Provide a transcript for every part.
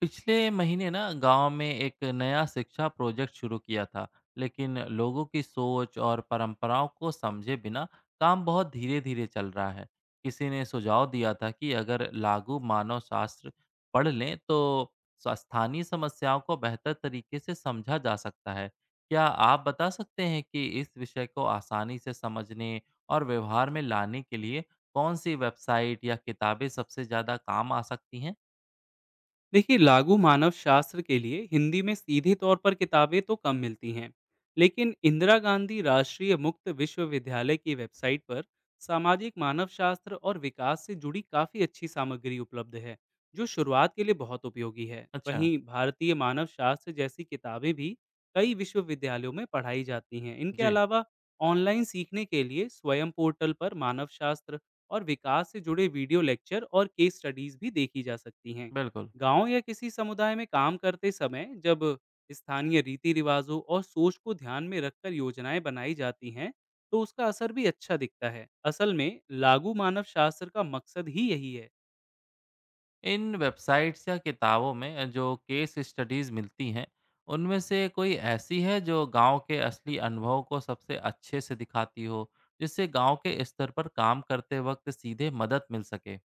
पिछले महीने ना गांव में एक नया शिक्षा प्रोजेक्ट शुरू किया था। लेकिन लोगों की सोच और परंपराओं को समझे बिना काम बहुत धीरे धीरे चल रहा है। किसी ने सुझाव दिया था कि अगर लागू मानव शास्त्र पढ़ लें तो स्थानीय समस्याओं को बेहतर तरीके से समझा जा सकता है। क्या आप बता सकते हैं कि इस विषय को आसानी से समझने और व्यवहार में लाने के लिए कौन सी वेबसाइट या किताबें सबसे ज़्यादा काम आ सकती हैं? देखिए, लागू मानव शास्त्र के लिए हिंदी में सीधे तौर पर किताबें तो कम मिलती हैं, लेकिन इंदिरा गांधी राष्ट्रीय मुक्त विश्वविद्यालय की वेबसाइट पर सामाजिक मानव शास्त्र और विकास से जुड़ी काफ़ी अच्छी सामग्री उपलब्ध है जो शुरुआत के लिए बहुत उपयोगी है। अच्छा। वहीं भारतीय मानव शास्त्र जैसी किताबें भी कई विश्वविद्यालयों में पढ़ाई जाती हैं। इनके जी। अलावा ऑनलाइन सीखने के लिए स्वयं पोर्टल पर मानव शास्त्र और विकास से जुड़े वीडियो लेक्चर और केस स्टडीज भी देखी जा सकती हैं। बिल्कुल। गांव या किसी समुदाय में काम करते समय जब स्थानीय रीति रिवाजों और सोच को ध्यान में रखकर योजनाएं बनाई जाती हैं, तो उसका असर भी अच्छा दिखता है। असल में लागू मानव शास्त्र का मकसद ही यही है। इन वेबसाइट्स या किताबों में जो केस स्टडीज़ मिलती हैं, उनमें से कोई ऐसी है जो गाँव के असली अनुभव को सबसे अच्छे से दिखाती हो, जिससे गाँव के स्तर पर काम करते वक़्त सीधे मदद मिल सके?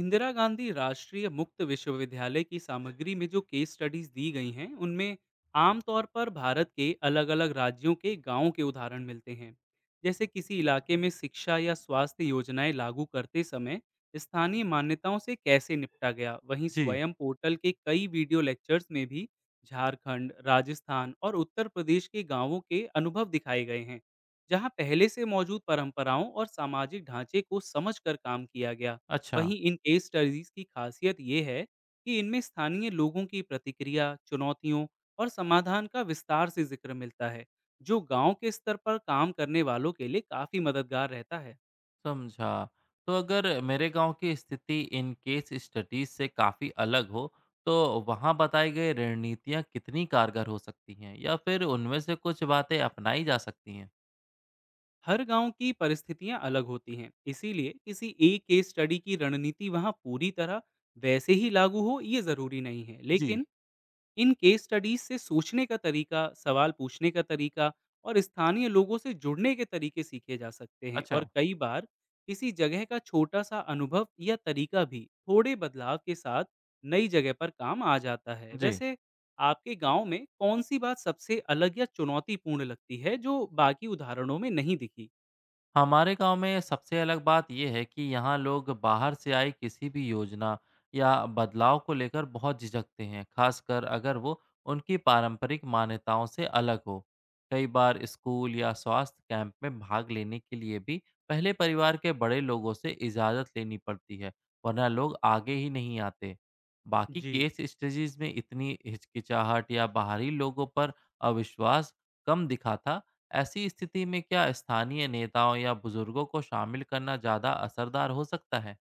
इंदिरा गांधी राष्ट्रीय मुक्त विश्वविद्यालय की सामग्री में जो केस स्टडीज दी गई हैं उनमें आमतौर पर भारत के अलग अलग राज्यों के गांवों के उदाहरण मिलते हैं, जैसे किसी इलाके में शिक्षा या स्वास्थ्य योजनाएं लागू करते समय स्थानीय मान्यताओं से कैसे निपटा गया। वहीं जी। स्वयं पोर्टल के कई वीडियो लेक्चर्स में भी झारखंड, राजस्थान और उत्तर प्रदेश के गांवों के अनुभव दिखाए गए हैं, जहां पहले से मौजूद परंपराओं और सामाजिक ढांचे को समझकर काम किया गया। अच्छा। वहीं इन केस स्टडीज की खासियत ये है कि इनमें स्थानीय लोगों की प्रतिक्रिया, चुनौतियों और समाधान का विस्तार से जिक्र मिलता है, जो गांव के स्तर पर काम करने वालों के लिए काफी मददगार रहता है। समझा। तो अगर मेरे गाँव की स्थिति इन केस स्टडीज़ से काफ़ी अलग हो, तो वहाँ बताई गई रणनीतियाँ कितनी कारगर हो सकती हैं या फिर उनमें से कुछ बातें अपनाई जा सकती हैं? हर गांव की परिस्थितियां अलग होती हैं, इसीलिए किसी एक केस स्टडी की रणनीति वहां पूरी तरह वैसे ही लागू हो ये जरूरी नहीं है, जी। लेकिन इन केस स्टडीज से सोचने का तरीका, सवाल पूछने का तरीका और स्थानीय लोगों से जुड़ने के तरीके सीखे जा सकते हैं। अच्छा। और कई बार किसी जगह का छोटा सा अनुभव या तरीका भी थोड़े बदलाव के साथ नई जगह पर काम आ जाता है। जी। वैसे, आपके गांव में कौन सी बात सबसे अलग या चुनौतीपूर्ण लगती है जो बाकी उदाहरणों में नहीं दिखी? हमारे गांव में सबसे अलग बात यह है कि यहाँ लोग बाहर से आई किसी भी योजना या बदलाव को लेकर बहुत झिझकते हैं, खासकर अगर वो उनकी पारंपरिक मान्यताओं से अलग हो। कई बार स्कूल या स्वास्थ्य कैंप में भाग लेने के लिए भी पहले परिवार के बड़े लोगों से इजाज़त लेनी पड़ती है, वरना लोग आगे ही नहीं आते। बाकी जी, केस स्टडीज में इतनी हिचकिचाहट या बाहरी लोगों पर अविश्वास कम दिखा था। ऐसी स्थिति में क्या स्थानीय नेताओं या बुजुर्गों को शामिल करना ज़्यादा असरदार हो सकता है?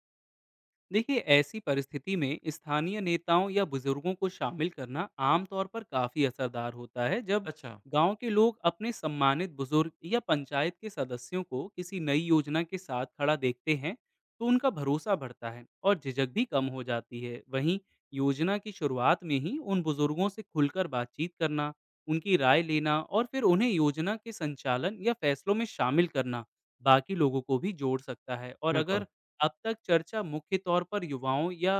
देखिए ऐसी परिस्थिति में स्थानीय नेताओं या बुजुर्गों को शामिल करना आमतौर पर काफी असरदार होता है। जब अच्छा। गांव के लोग अपने सम्मानित बुजुर्ग या पंचायत के सदस्यों को किसी नई योजना के साथ खड़ा देखते हैं तो उनका भरोसा बढ़ता है और झिझक भी कम हो जाती है। वहीं योजना की शुरुआत में ही उन बुजुर्गों से खुलकर बातचीत करना, उनकी राय लेना और फिर उन्हें योजना के संचालन या फैसलों में शामिल करना बाकी लोगों को भी जोड़ सकता है। और बिल्कुल। अगर अब तक चर्चा मुख्य तौर पर युवाओं या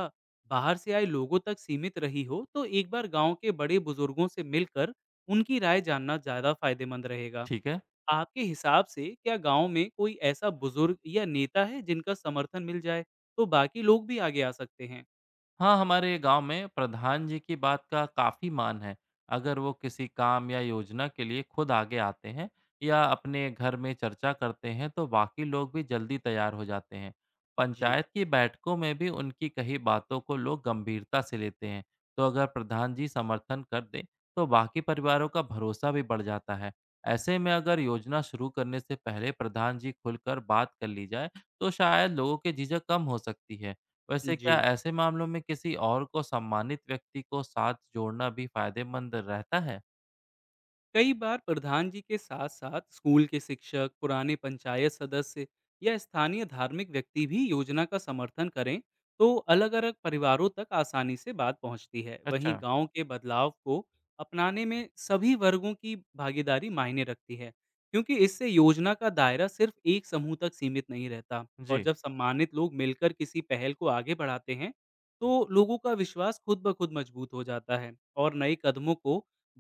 बाहर से आए लोगों तक सीमित रही हो, तो एक बार गांव के बड़े बुजुर्गों से मिलकर उनकी राय जानना ज़्यादा फायदेमंद रहेगा। ठीक है। आपके हिसाब से क्या गांव में कोई ऐसा बुजुर्ग या नेता है जिनका समर्थन मिल जाए, तो बाकी लोग भी आगे आ सकते हैं? हाँ, हमारे गांव में प्रधान जी की बात का काफी मान है। अगर वो किसी काम या योजना के लिए खुद आगे आते हैं या अपने घर में चर्चा करते हैं तो बाकी लोग भी जल्दी तैयार हो जाते हैं। जी। पंचायत की बैठकों में भी उनकी कही बातों को लोग गंभीरता से लेते हैं। तो अगर प्रधान जी समर्थन कर दें तो बाकी परिवारों का भरोसा भी बढ़ जाता है। ऐसे में अगर योजना शुरू करने से पहले प्रधान जी खुलकर बात कर ली जाए तो शायद लोगों के झिझक कम हो सकती है। वैसे क्या जी, ऐसे मामलों में किसी और को सम्मानित व्यक्ति को साथ जोड़ना भी फायदेमंद रहता है? कई बार प्रधान जी के साथ साथ स्कूल के शिक्षक, पुराने पंचायत सदस्य या स्थानीय धार्मिक व्यक्ति भी योजना का समर्थन करें तो अलग अलग परिवारों तक आसानी से बात पहुंचती है। अच्छा। वहीं गांव के बदलाव को अपनाने में सभी वर्गों की भागीदारी मायने रखती है, क्योंकि इससे योजना का दायरा सिर्फ एक समूह तक सीमित नहीं रहता। और जी। जब सम्मानित लोग मिलकर किसी पहल को आगे बढ़ाते हैं तो लोगों का विश्वास खुद ब खुद मजबूत हो जाता है और नए कदमों को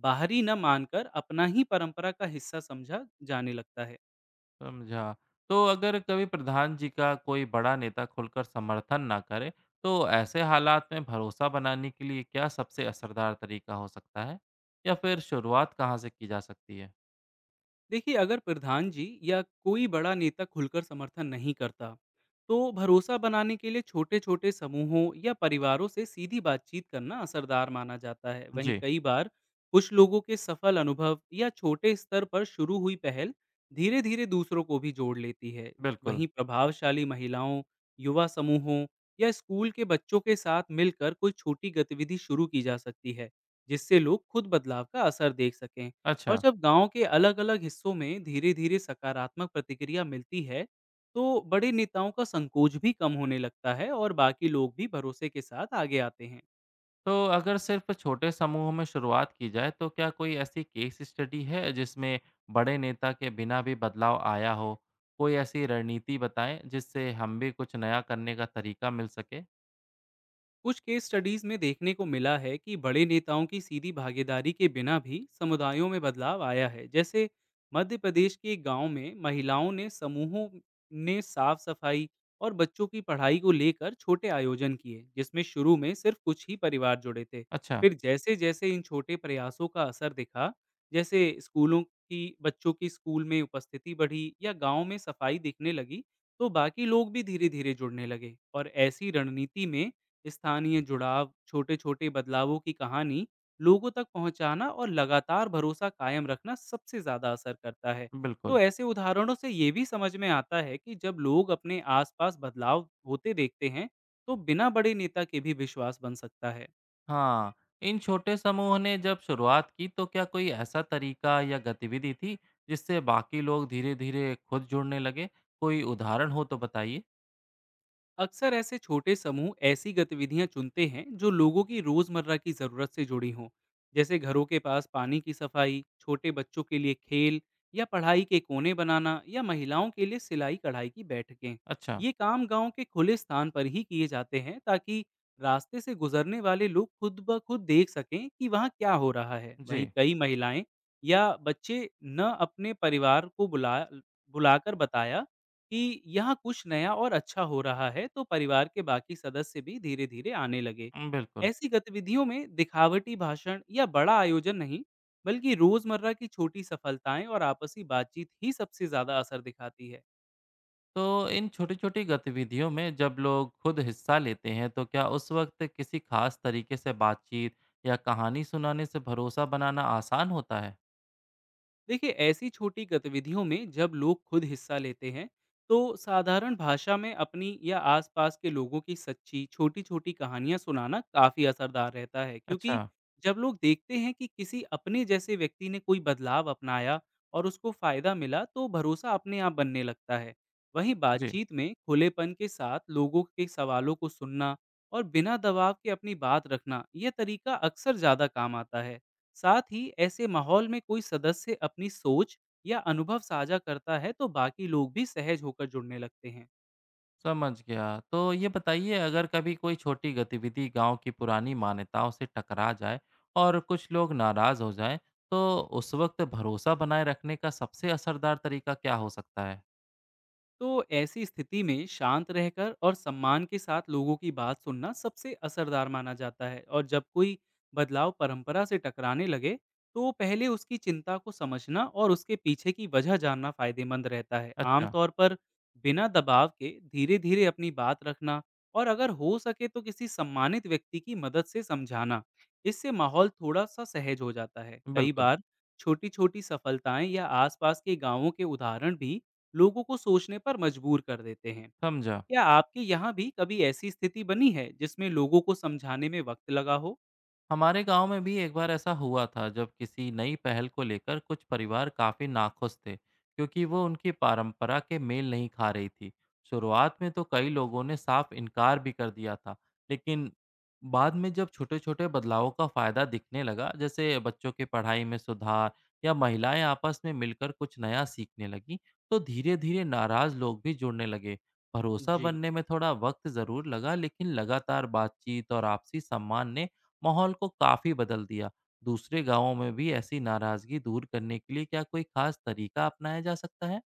बाहरी न मानकर अपना ही परंपरा का हिस्सा समझा जाने लगता है। समझा। तो अगर कभी प्रधान जी का कोई बड़ा नेता खुलकर समर्थन ना करे, तो ऐसे हालात में भरोसा बनाने के लिए क्या सबसे असरदार तरीका हो सकता है? या फिर शुरुआत कहाँ से की जा सकती है? देखिए, अगर प्रधान जी या कोई बड़ा नेता खुलकर समर्थन नहीं करता तो भरोसा बनाने के लिए छोटे छोटे समूहों या परिवारों से सीधी बातचीत करना असरदार माना जाता है। वहीं जी। कई बार कुछ लोगों के सफल अनुभव या छोटे स्तर पर शुरू हुई पहल धीरे धीरे दूसरों को भी जोड़ लेती है। बिल्कुल। वहीं प्रभावशाली महिलाओं, युवा समूहों या स्कूल के बच्चों के साथ मिलकर कोई छोटी गतिविधि शुरू की जा सकती है जिससे लोग खुद बदलाव का असर देख सकें। और अच्छा। जब गांव के अलग-अलग हिस्सों में धीरे-धीरे सकारात्मक प्रतिक्रिया मिलती है, तो बड़े नेताओं का संकोच भी कम होने लगता है और बाकी लोग भी भरोसे के साथ आगे आते हैं। तो अगर सिर्फ छोटे समूह में शुरुआत की जाए तो क्या कोई ऐसी केस स्टडी है जिसमें बड़े नेता के बिना भी बदलाव आया हो? कोई ऐसी रणनीति बताएं जिससे हम भी कुछ नया करने का तरीका मिल सके? कुछ केस स्टडीज में देखने को मिला है कि बड़े नेताओं की सीधी भागीदारी के बिना भी समुदायों में बदलाव आया है। जैसे मध्य प्रदेश के गांव में महिलाओं ने समूहों ने साफ सफाई और बच्चों की पढ़ाई को लेकर छोटे आयोजन किए, जिसमें शुरू में सिर्फ कुछ ही परिवार जुड़े थे। अच्छा। फिर जैसे जैसे इन छोटे प्रयासों का असर दिखा, जैसे स्कूलों की बच्चों की स्कूल में उपस्थिति बढ़ी या गांव में सफाई दिखने लगी, तो बाकी लोग भी धीरे धीरे जुड़ने लगे। और ऐसी रणनीति में स्थानीय जुड़ाव, छोटे-छोटे बदलावों की कहानी लोगों तक पहुंचाना और लगातार भरोसा कायम रखना सबसे ज्यादा असर करता है। बिल्कुल। तो ऐसे उदाहरणों से ये भी समझ में आता है कि जब लोग अपने आसपास बदलाव होते देखते हैं, तो बिना बड़े नेता के भी विश्वास बन सकता है। हाँ, इन छोटे समूह ने जब शुरुआत की तो क्या कोई ऐसा तरीका या गतिविधि थी जिससे बाकी लोग धीरे-धीरे खुद जुड़ने लगे? कोई उदाहरण हो तो बताइए। अक्सर ऐसे छोटे समूह ऐसी गतिविधियां चुनते हैं जो लोगों की रोजमर्रा की जरूरत से जुड़ी हों, जैसे घरों के पास पानी की सफाई, छोटे बच्चों के लिए खेल या पढ़ाई के कोने बनाना, या महिलाओं के लिए सिलाई कढ़ाई की बैठकें। अच्छा। ये काम गांव के खुले स्थान पर ही किए जाते हैं ताकि रास्ते से गुजरने वाले लोग खुद ब खुद देख सकें कि वहाँ क्या हो रहा है। वहीं जी। कई महिलाएं या बच्चे न अपने परिवार को बुलाकर बताया कि यहाँ कुछ नया और अच्छा हो रहा है, तो परिवार के बाकी सदस्य भी धीरे धीरे आने लगे। बिल्कुल। ऐसी गतिविधियों में दिखावटी भाषण या बड़ा आयोजन नहीं, बल्कि रोजमर्रा की छोटी सफलताएं और आपसी बातचीत ही सबसे ज्यादा असर दिखाती है। तो इन छोटी-छोटी गतिविधियों में जब लोग खुद हिस्सा लेते हैं, तो क्या उस वक्त किसी खास तरीके से बातचीत या कहानी सुनाने से भरोसा बनाना आसान होता है? देखिए, ऐसी छोटी गतिविधियों में जब लोग खुद हिस्सा लेते हैं तो साधारण भाषा में अपनी या आसपास के लोगों की सच्ची छोटी छोटी कहानियां सुनाना काफी असरदार रहता है, क्योंकि अच्छा। जब लोग देखते हैं कि किसी अपने जैसे व्यक्ति ने कोई बदलाव अपनाया और उसको फायदा मिला तो भरोसा अपने आप बनने लगता है। वहीं जी। बातचीत में खुलेपन के साथ लोगों के सवालों को सुनना और बिना दबाव के अपनी बात रखना, यह तरीका अक्सर ज्यादा काम आता है। साथ ही ऐसे माहौल में कोई सदस्य अपनी सोच या अनुभव साझा करता है तो बाकी लोग भी सहज होकर जुड़ने लगते हैं। समझ गया। तो ये बताइए अगर कभी कोई छोटी गतिविधि गांव की पुरानी मान्यताओं से टकरा जाए और कुछ लोग नाराज़ हो जाएं, तो उस वक्त भरोसा बनाए रखने का सबसे असरदार तरीका क्या हो सकता है? तो ऐसी स्थिति में शांत रहकर और सम्मान के साथ लोगों की बात सुनना सबसे असरदार माना जाता है। और जब कोई बदलाव परंपरा से टकराने लगे तो पहले उसकी चिंता को समझना और उसके पीछे की वजह जानना फायदेमंद रहता है। अच्छा। आमतौर पर बिना दबाव के धीरे धीरे अपनी बात रखना और अगर हो सके तो किसी सम्मानित व्यक्ति की मदद से समझाना, इससे माहौल थोड़ा सा सहज हो जाता है। कई बिल्कुल। बार छोटी छोटी सफलताएं या आसपास के गांवों के उदाहरण भी लोगों को सोचने पर मजबूर कर देते हैं। समझा। क्या आपके यहाँ भी कभी ऐसी स्थिति बनी है जिसमें लोगों को समझाने में वक़्त लगा हो? हमारे गांव में भी एक बार ऐसा हुआ था जब किसी नई पहल को लेकर कुछ परिवार काफी नाखुश थे क्योंकि वो उनकी परंपरा के मेल नहीं खा रही थी। शुरुआत में तो कई लोगों ने साफ इनकार भी कर दिया था। लेकिन बाद में जब छोटे छोटे बदलावों का फायदा दिखने लगा, जैसे बच्चों की पढ़ाई में सुधार या महिलाएं आपस में मिलकर कुछ नया सीखने लगी, तो धीरे धीरे नाराज लोग भी जुड़ने लगे। भरोसा जी। बनने में थोड़ा वक्त जरूर लगा, लेकिन लगातार बातचीत और आपसी सम्मान ने माहौल को काफ़ी बदल दिया। दूसरे गाँवों में भी ऐसी नाराज़गी दूर करने के लिए क्या कोई ख़ास तरीका अपनाया जा सकता है?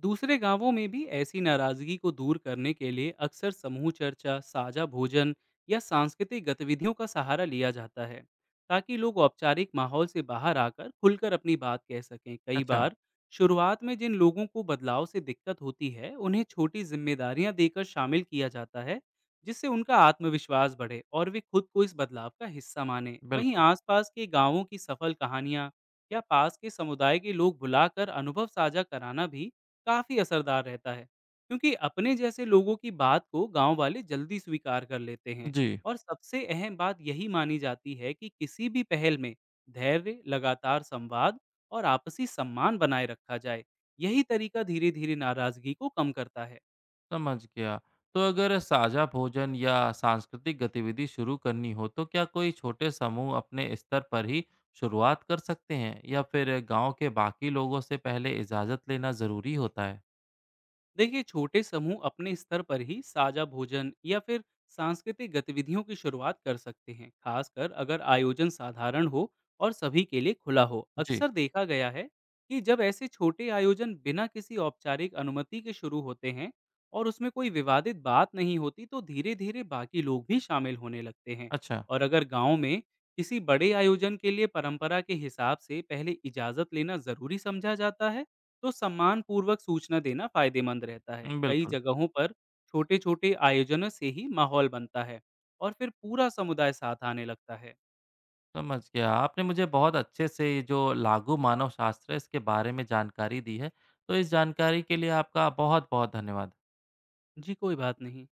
दूसरे गांवों में भी ऐसी नाराजगी को दूर करने के लिए अक्सर समूह चर्चा, साझा भोजन या सांस्कृतिक गतिविधियों का सहारा लिया जाता है, ताकि लोग औपचारिक माहौल से बाहर आकर खुलकर अपनी बात कह सकें। कई अच्छा। बार शुरुआत में जिन लोगों को बदलाव से दिक्कत होती है, उन्हें छोटी जिम्मेदारियां देकर शामिल किया जाता है, जिससे उनका आत्मविश्वास बढ़े और वे खुद को इस बदलाव का हिस्सा माने। वहीं बिल्कुल। आसपास के गांवों की सफल कहानियां या पास के समुदाय के लोग बुलाकर अनुभव साझा कराना भी काफ़ी असरदार रहता है, क्योंकि अपने जैसे लोगों की बात को गांव वाले जल्दी स्वीकार कर लेते हैं। जी। और सबसे अहम बात यही मानी जाती है कि किसी भी पहल में धैर्य, लगातार संवाद और आपसी सम्मान बनाए रखा जाए। यही तरीका धीरे धीरे नाराजगी को कम करता है। समझ गया। तो अगर साझा भोजन या सांस्कृतिक गतिविधि शुरू करनी हो, तो क्या कोई छोटे समूह अपने स्तर पर ही शुरुआत कर सकते हैं या फिर गाँव के बाकी लोगों से पहले इजाज़त लेना ज़रूरी होता है? देखिए, छोटे समूह अपने स्तर पर ही साझा भोजन या फिर सांस्कृतिक गतिविधियों की शुरुआत कर सकते हैं, खासकर अगर आयोजन साधारण हो और सभी के लिए खुला हो। जी। अक्सर देखा गया है कि जब ऐसे छोटे आयोजन बिना किसी औपचारिक अनुमति के शुरू होते हैं और उसमें कोई विवादित बात नहीं होती तो धीरे धीरे बाकी लोग भी शामिल होने लगते हैं। अच्छा। और अगर गांव में किसी बड़े आयोजन के लिए परंपरा के हिसाब से पहले इजाज़त लेना ज़रूरी समझा जाता है तो सम्मानपूर्वक सूचना देना फायदेमंद रहता है। कई बिल्कुल। जगहों पर छोटे-छोटे आयोजनों से ही माहौल बनता है और फिर पूरा समुदाय साथ आने लगता है। समझ गया, आपने मुझे बहुत अच्छे से ये जो लागू मानव शास्त्र है इसके बारे में जानकारी दी है। तो इस जानकारी के लिए आपका बहुत बहुत धन्यवाद। जी, कोई बात नहीं।